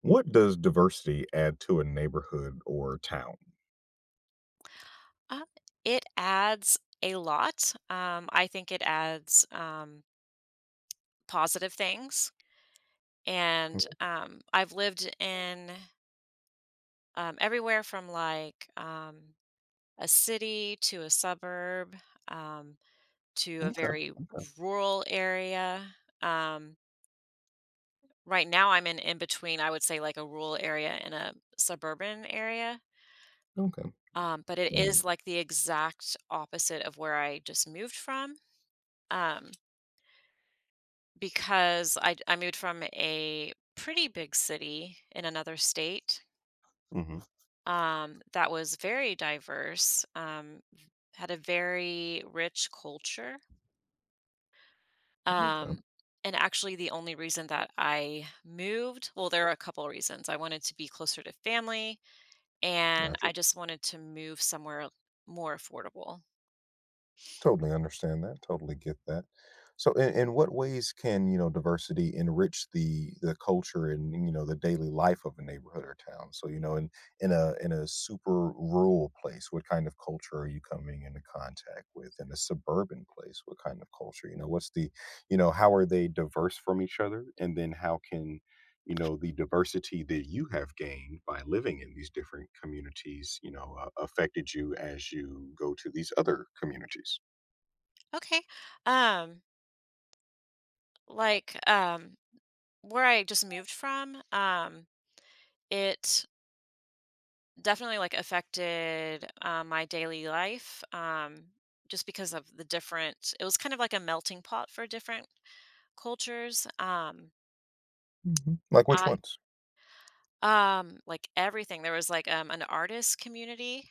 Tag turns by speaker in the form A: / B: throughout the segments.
A: What does diversity add to a neighborhood or town?
B: Uh, it adds a lot. I think it adds positive things. And
A: Mm,
B: I've lived in everywhere from like a city to a suburb um, to a
A: okay.
B: very rural area. Um, right now, I'm in between, I would say, like a rural area and a suburban area.
A: Okay.
B: But it is like the exact opposite of where I just moved from. Um, because I moved from a pretty big city in another state,
A: Mm-hmm.
B: that was very diverse, had a very rich culture,
A: Okay,
B: um, and actually the only reason that I moved, well, there are a couple reasons. I wanted to be closer to family, and
A: gotcha.
B: I just wanted to move somewhere more affordable.
A: Totally understand that. Totally get that. So, in what ways can diversity enrich the culture and the daily life of a neighborhood or town? So, you know, in in a super rural place, what kind of culture are you coming into contact with? In a suburban place, what kind of culture? You know, what's the you know how are they diverse from each other? And then how can you know the diversity that you have gained by living in these different communities you know affected you as you go to these other communities.
B: Okay, um, like, um, where I just moved from, it definitely like affected my daily life, just because of the different, it was kind of like a melting pot for different cultures.
A: Mhm. Like which
B: I
A: ones?
B: Like everything there was like, an artist community.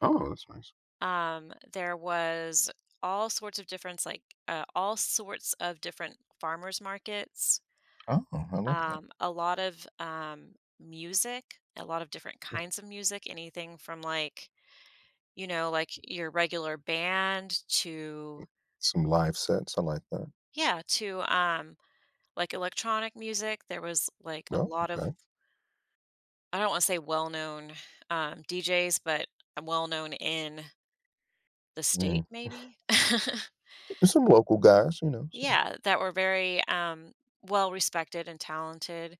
A: Oh, that's nice.
B: There was all sorts of different, like, all sorts of different farmers markets.
A: Oh, I love that.
B: A lot of music, a lot of different
A: Mm.
B: kinds of music, anything from like, you know, like your regular band to,
A: Some live sets, I like that.
B: yeah, to like electronic music. There was like a
A: Oh,
B: lot of,
A: okay.
B: I don't want to say well-known DJs, but well-known in the
A: Mhm.
B: state maybe.
A: There's some local guys, you know, some
B: Yeah, that were very well respected and talented.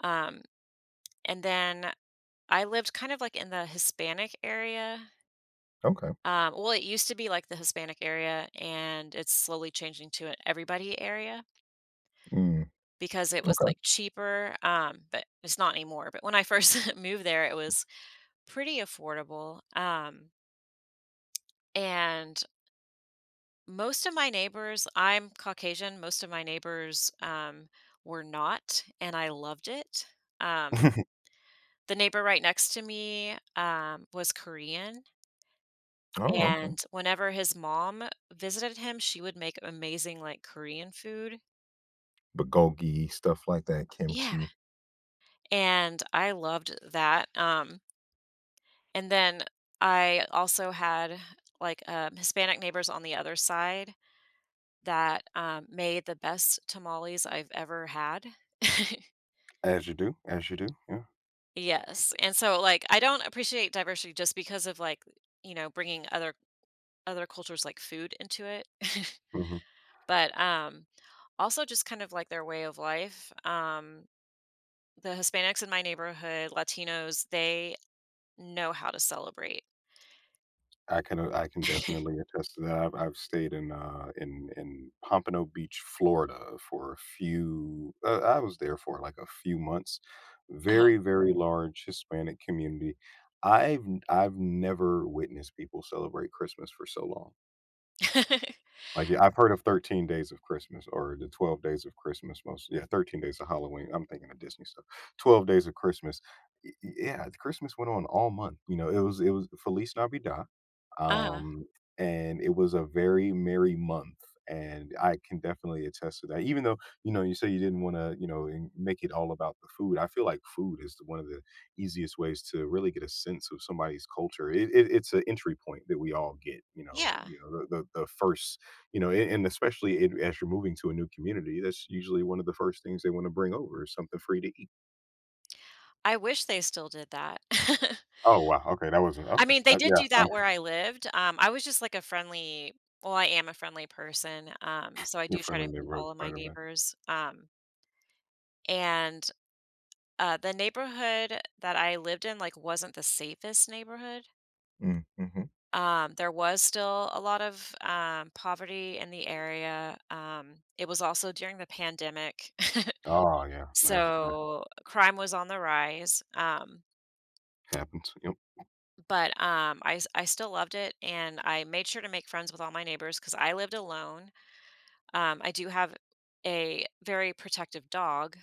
B: Um and then I lived kind of like in the Hispanic area.
A: okay.
B: Well, it used to be like the Hispanic area, and it's slowly changing to an everybody area.
A: Mm,
B: Because it
A: mm,
B: was,
A: okay.
B: like, cheaper, but it's not anymore, but when I first moved there, it was pretty affordable, and most of my neighbors, I'm Caucasian, most of my neighbors, were not, and I loved it. Um, the neighbor right next to me, was Korean,
A: Oh, okay.
B: and whenever his mom visited him, she would make amazing, like, Korean food.
A: Bulgogi, stuff like that,
B: Yeah,
A: kimchi.
B: and I loved that. And then I also had, like, Hispanic neighbors on the other side that, made the best tamales I've ever had.
A: As you do, yeah.
B: Yes, and so, like, I don't appreciate diversity just because of, like, you know, bringing other cultures, like, food into it,
A: Mhm.
B: but, also just kind of, like, their way of life. The Hispanics in my neighborhood, Latinos, they know how to celebrate.
A: I can definitely attest to that. I've stayed in in Pompano Beach, Florida for a few I was there for like a few months. Very
B: Uh-huh.
A: very large Hispanic community. I've never witnessed people celebrate Christmas for so long. Like, yeah, I've heard of 13 Days of Christmas or the 12 Days of Christmas most, yeah, 13 Days of Halloween. I'm thinking of Disney stuff. 12 Days of Christmas. Yeah, Christmas went on all month. You know, it was Feliz Navidad.
B: Uh-huh.
A: Um and it was a very merry month, and I can definitely attest to that. Even though, you know, you say you didn't want to, you know, and make it all about the food. I feel like food is one of the easiest ways to really get a sense of somebody's culture. It's an entry point that we all get,
B: Yeah.
A: you know, the first you know, and especially it as you're moving to a new community, that's usually one of the first things they wanna bring over is something free to eat.
B: I wish they still did that.
A: Oh, wow, okay, that wasn't
B: I
A: okay,
B: mean, they did
A: yeah,
B: do
A: um.
B: that where I lived. I was just like a friendly, well, I am a friendly person, so I
A: Your
B: do try
A: friendly
B: to meet
A: neighborhood
B: all of my
A: Spider-Man.
B: neighbors, and, the neighborhood that I lived in, like, wasn't the safest neighborhood.
A: Mm, mhm.
B: There was still a lot of, poverty in the area, it was also during the pandemic,
A: Oh, yeah, that's that
B: so crime was on the rise.
A: happens, yep,
B: But I still loved it, and I made sure to make friends with all my neighbors because I lived alone. I do have a very protective dog,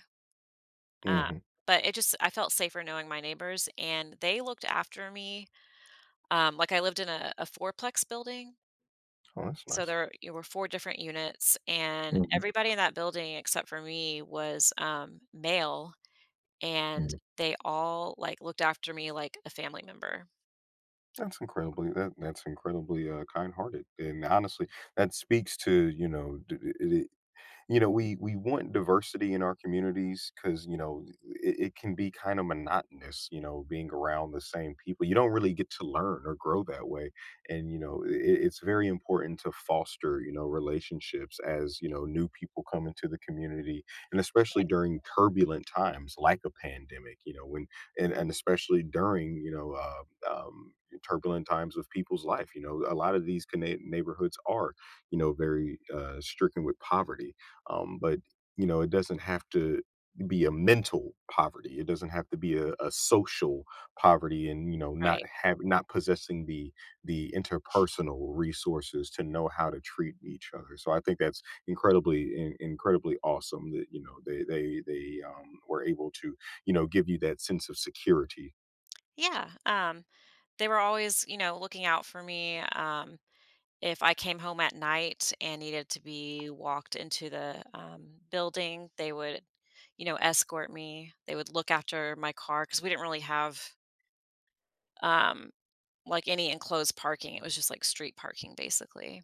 B: uh,
A: mhm,
B: but it just, I felt safer knowing my neighbors, and they looked after me. Like, I lived in a fourplex building,
A: oh, that's
B: so
A: nice.
B: there you were 4 different units, and
A: Mhm,
B: everybody in that building except for me was, male, and
A: mhm.
B: they all, like, looked after me like a family member.
A: That's incredibly that that's incredibly, kind-hearted, and honestly, that speaks to, you know, d I you know we want diversity in our communities because you know it, it can be kind of monotonous you know being around the same people you don't really get to learn or grow that way and you know it, it's very important to foster you know relationships as you know new people come into the community and especially
B: Right,
A: during turbulent times like a pandemic you know when and especially during you know um, turbulent times of people's life you know a lot of these neighborhoods are you know very stricken with poverty, but you know, it doesn't have to be a mental poverty. It doesn't have to be a social poverty, and you know, not
B: right.
A: have not possessing the interpersonal resources to know how to treat each other. So I think that's incredibly incredibly awesome that you know they were able to you know give you that sense of security.
B: Yeah, they were always, looking out for me. If I came home at night and needed to be walked into the building, they would, escort me. They would look after my car because we didn't really have um, like any enclosed parking. It was just like street parking, basically.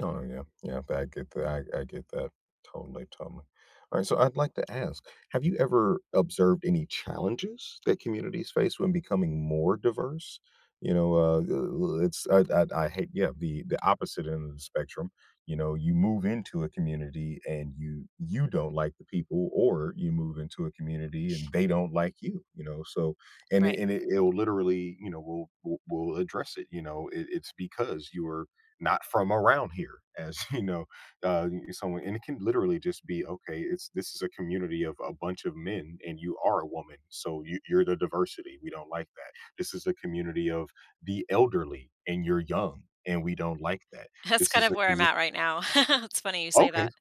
A: Oh, yeah. Yeah, I get that. I get that. Totally, totally. Alright, so I'd like to ask, have you ever observed any challenges that communities face when becoming more diverse? You know, it's I hate yeah, the opposite end of the spectrum. You know, you move into a community and you don't like the people, or you move into a community and they don't like you know? So
B: Right.
A: and it it'll literally, you know, we'll address it, you know? It it's because you are not from around here as you know someone, and it can literally just be okay it's this is a community of a bunch of men and you are a woman so you, you're the diversity we don't like that. This is a community of the elderly and you're young and we don't like that.
B: That's
A: This
B: kind
A: is a
B: of where I'm
A: commu-
B: at right now. It's funny you say
A: Okay,
B: that.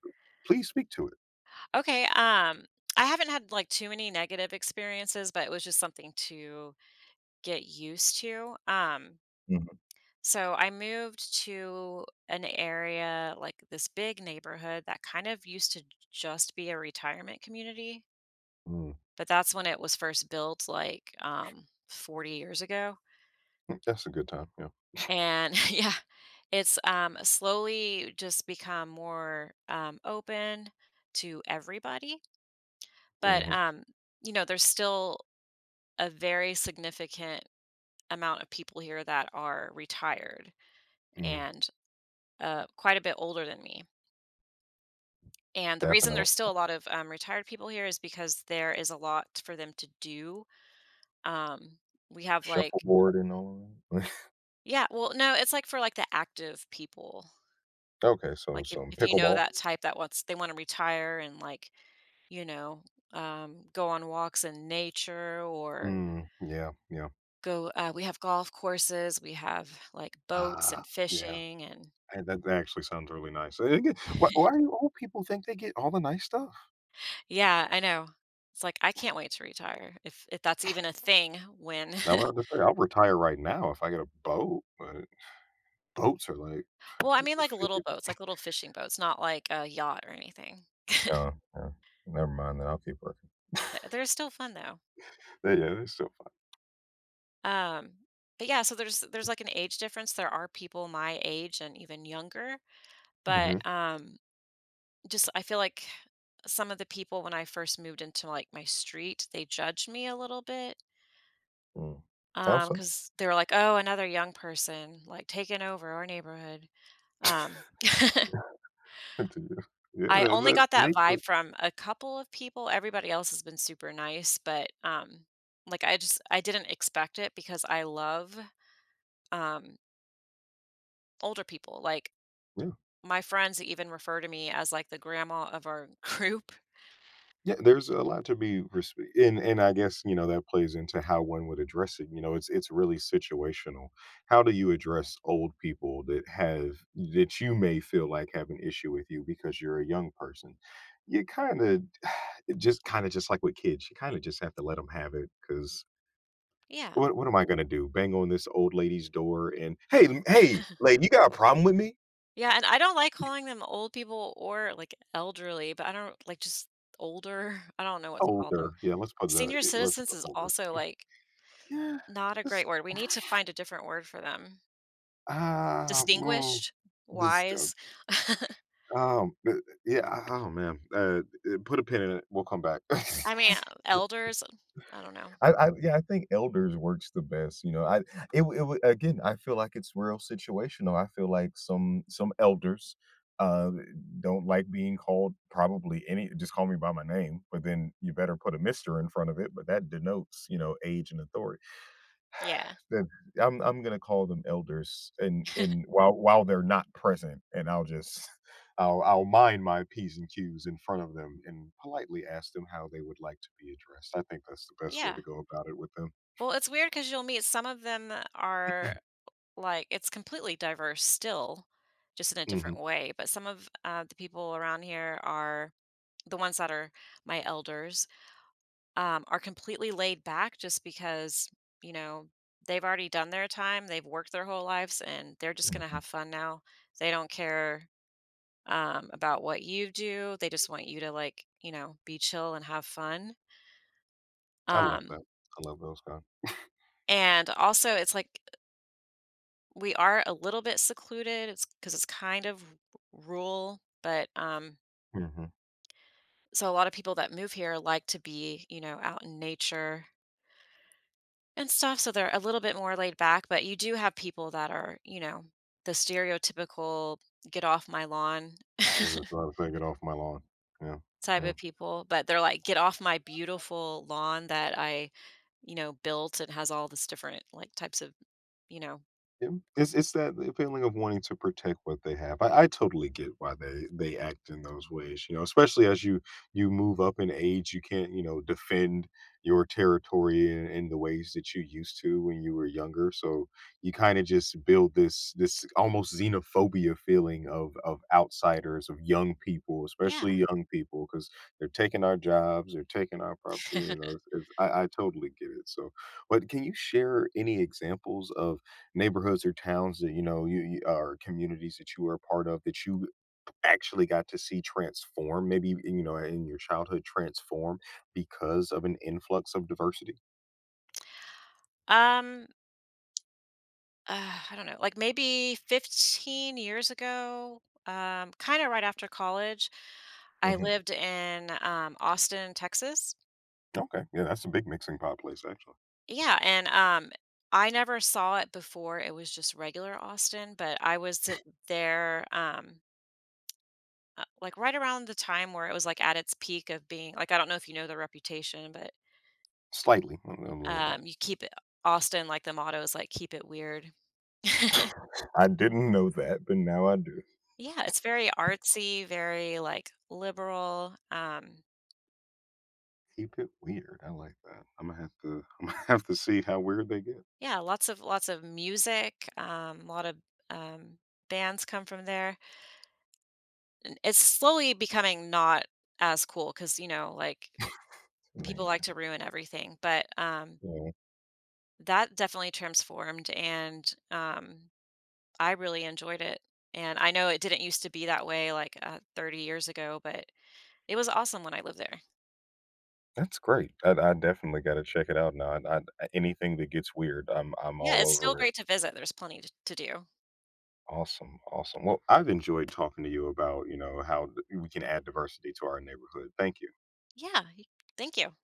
A: please speak to it.
B: Okay. I haven't had like too many negative experiences, but it was just something to get used to.
A: Mhm.
B: So I moved to an area, like this big neighborhood that kind of used to just be a retirement community,
A: Mm,
B: but that's when it was first built, like 40 years ago.
A: that's a good time. Yeah.
B: And yeah, it's slowly just become more open to everybody, but
A: Hmm.
B: you know, there's still a very significant amount of people here that are retired
A: Mm,
B: and quite a bit older than me. And the reason
A: definitely.
B: there's still a lot of, retired people here is because there is a lot for them to do. Um, we have, like,
A: Shuffleboard and all. Of that.
B: yeah, well, no, it's, like, for, like, the active people.
A: Okay, so
B: Like, if
A: some
B: if you know
A: pickleball.
B: that type that wants they wanna retire and, like, you know, go on walks in nature or
A: Mm, yeah, yeah.
B: go, uh we have golf courses, we have, like, boats
A: Ah,
B: and
A: yeah.
B: fishing and,
A: Hey, that actually sounds really nice. And again, why do old people think they get all the nice stuff?
B: yeah, I know. It's like, I can't wait to retire, if that's even a thing when
A: Now, I'm about to say, I'll retire right now if I get a boat, but boats are like
B: well, I mean, like,
A: 50.
B: little boats, like, little fishing boats, not like a yacht or anything.
A: Oh, yeah. Never mind then. I'll keep working.
B: Th they're still fun, though.
A: Yeah, yeah, they're still fun.
B: Um, but, yeah, so there's, like, an age difference. There are people my age and even younger, but,
A: Mhm.
B: just I feel like some of the people when I first moved into, like, my street, they judged me a little bit,
A: Mm. How so?
B: because they were like, "Oh, another young person, like, taking over our neighborhood." Um
A: To you.
B: I
A: Yeah,
B: only
A: that's
B: got
A: the
B: that
A: nature
B: vibe
A: of
B: from a couple of people, everybody else has been super nice, but, like, I just, I didn't expect it because I love, um, older people, like,
A: yeah.
B: my friends even refer to me as, like, the grandma of our group.
A: Yeah, there's a lot to be respe and I guess, you know, that plays into how one would address it, you know, it's really situational. How do you address old people that have that you may feel like have an issue with you because you're a young person? You kinda it just kinda just like with kids, you kinda just have to let them have it. Because
B: Yeah.
A: what am I gonna do? Bang on this old lady's door and, "Hey, l hey, lady, you got a problem with me?"
B: Yeah, and I don't like calling them old people or, like, elderly, but I don't like, just older, I don't know what to call
A: Older.
B: them.
A: Yeah, let's put the
B: Senior
A: it let's
B: citizens
A: put
B: is
A: older.
B: also, like,
A: Yeah.
B: not a great word, we need to find a different word for them.
A: Ah, mm,
B: Distinguished?
A: this, uh,
B: Wise?
A: um, uh, yeah, oh, man, put a pin in it, we'll come back.
B: I mean, elders, I don't know.
A: I yeah, I think elders works the best, you know, I it w again, I feel like it's real situational, I feel like some elders, uh, don't like being called probably any "Just call me by my name," but then you better put a "Mister" in front of it, but that denotes, you know, age and authority.
B: Yeah.
A: Then I'm gonna call them elders and in while they're not present, and I'll just I'll mind my P's and Q's in front of them and politely ask them how they would like to be addressed. I think that's the best way to
B: Yeah.
A: go about it with them.
B: Well, it's weird because 'cause you'll meet some of them that are, like, it's completely diverse still, just in a different
A: Mhm,
B: way, but some of, the people around here are the ones that are my elders, are completely laid back just because, you know, they've already done their time, they've worked their whole lives, and they're just gonna
A: mhm.
B: have fun now. They don't care, about what you do, they just want you to, like, you know, be chill and have fun.
A: I love
B: Um,
A: that. I love those guys.
B: and also it's like, we are a little bit secluded. It's because it's kind of rural, but
A: Mhm. I
B: so a lot of people that move here like to be, you know, out in nature and stuff, so they're a little bit more laid back, but you do have people that are, you know, the stereotypical, "Get off my lawn,"
A: was just about to take it off my lawn. Yeah,
B: type
A: yeah.
B: of people, but they're like, "Get off my beautiful lawn that I, you know, built and has all this different like types of, you know.
A: Yeah, it's that feeling of wanting to protect what they have. I totally get why they act in those ways. You know, especially as you you move up in age, you can't you know defend your territory in the ways that you used to when you were younger. So you kind of just build this this almost xenophobia feeling of outsiders, of young people, especially
B: Yeah.
A: young people, because they're taking our jobs, they're taking our property. You know, I totally get it. So but can you share any examples of neighborhoods or towns that you know you or communities that you were a part of that you actually got to see transform maybe you know in your childhood transform because of an influx of diversity.
B: Um I don't know, like maybe 15 years ago, kind of right after college, I
A: Hmm.
B: lived in Austin, Texas.
A: Okay, yeah, that's a big mixing pot place actually.
B: Yeah, and I never saw it before. It was just regular Austin, but I was there, like right around the time where it was like at its peak of being, like, I don't know if you know the reputation, but
A: Slightly a little bit.
B: you keep it, Austin, like the motto is, like, keep it weird.
A: I didn't know that, but now I do.
B: Yeah, it's very artsy, very like liberal.
A: Keep it weird, I like that. I'm gonna have to I'm gonna have to see how weird they get.
B: Yeah, lots of music, a lot of, um, bands come from there, and it's slowly becoming not as cool because, you know, like, people
A: Man.
B: like to ruin everything, but,
A: Yeah,
B: that definitely transformed, and, I really enjoyed it, and I know it didn't used to be that way, like, 30 years ago, but it was awesome when I lived there.
A: that's great. I definitely got to check it out now. Anything that gets weird, I'm
B: Yeah,
A: all
B: it's still
A: over it.
B: great to visit, there's plenty t to do.
A: Awesome, awesome. Well, I've enjoyed talking to you about, you know, how we can add diversity to our neighborhood. Thank you.
B: Yeah, y thank you.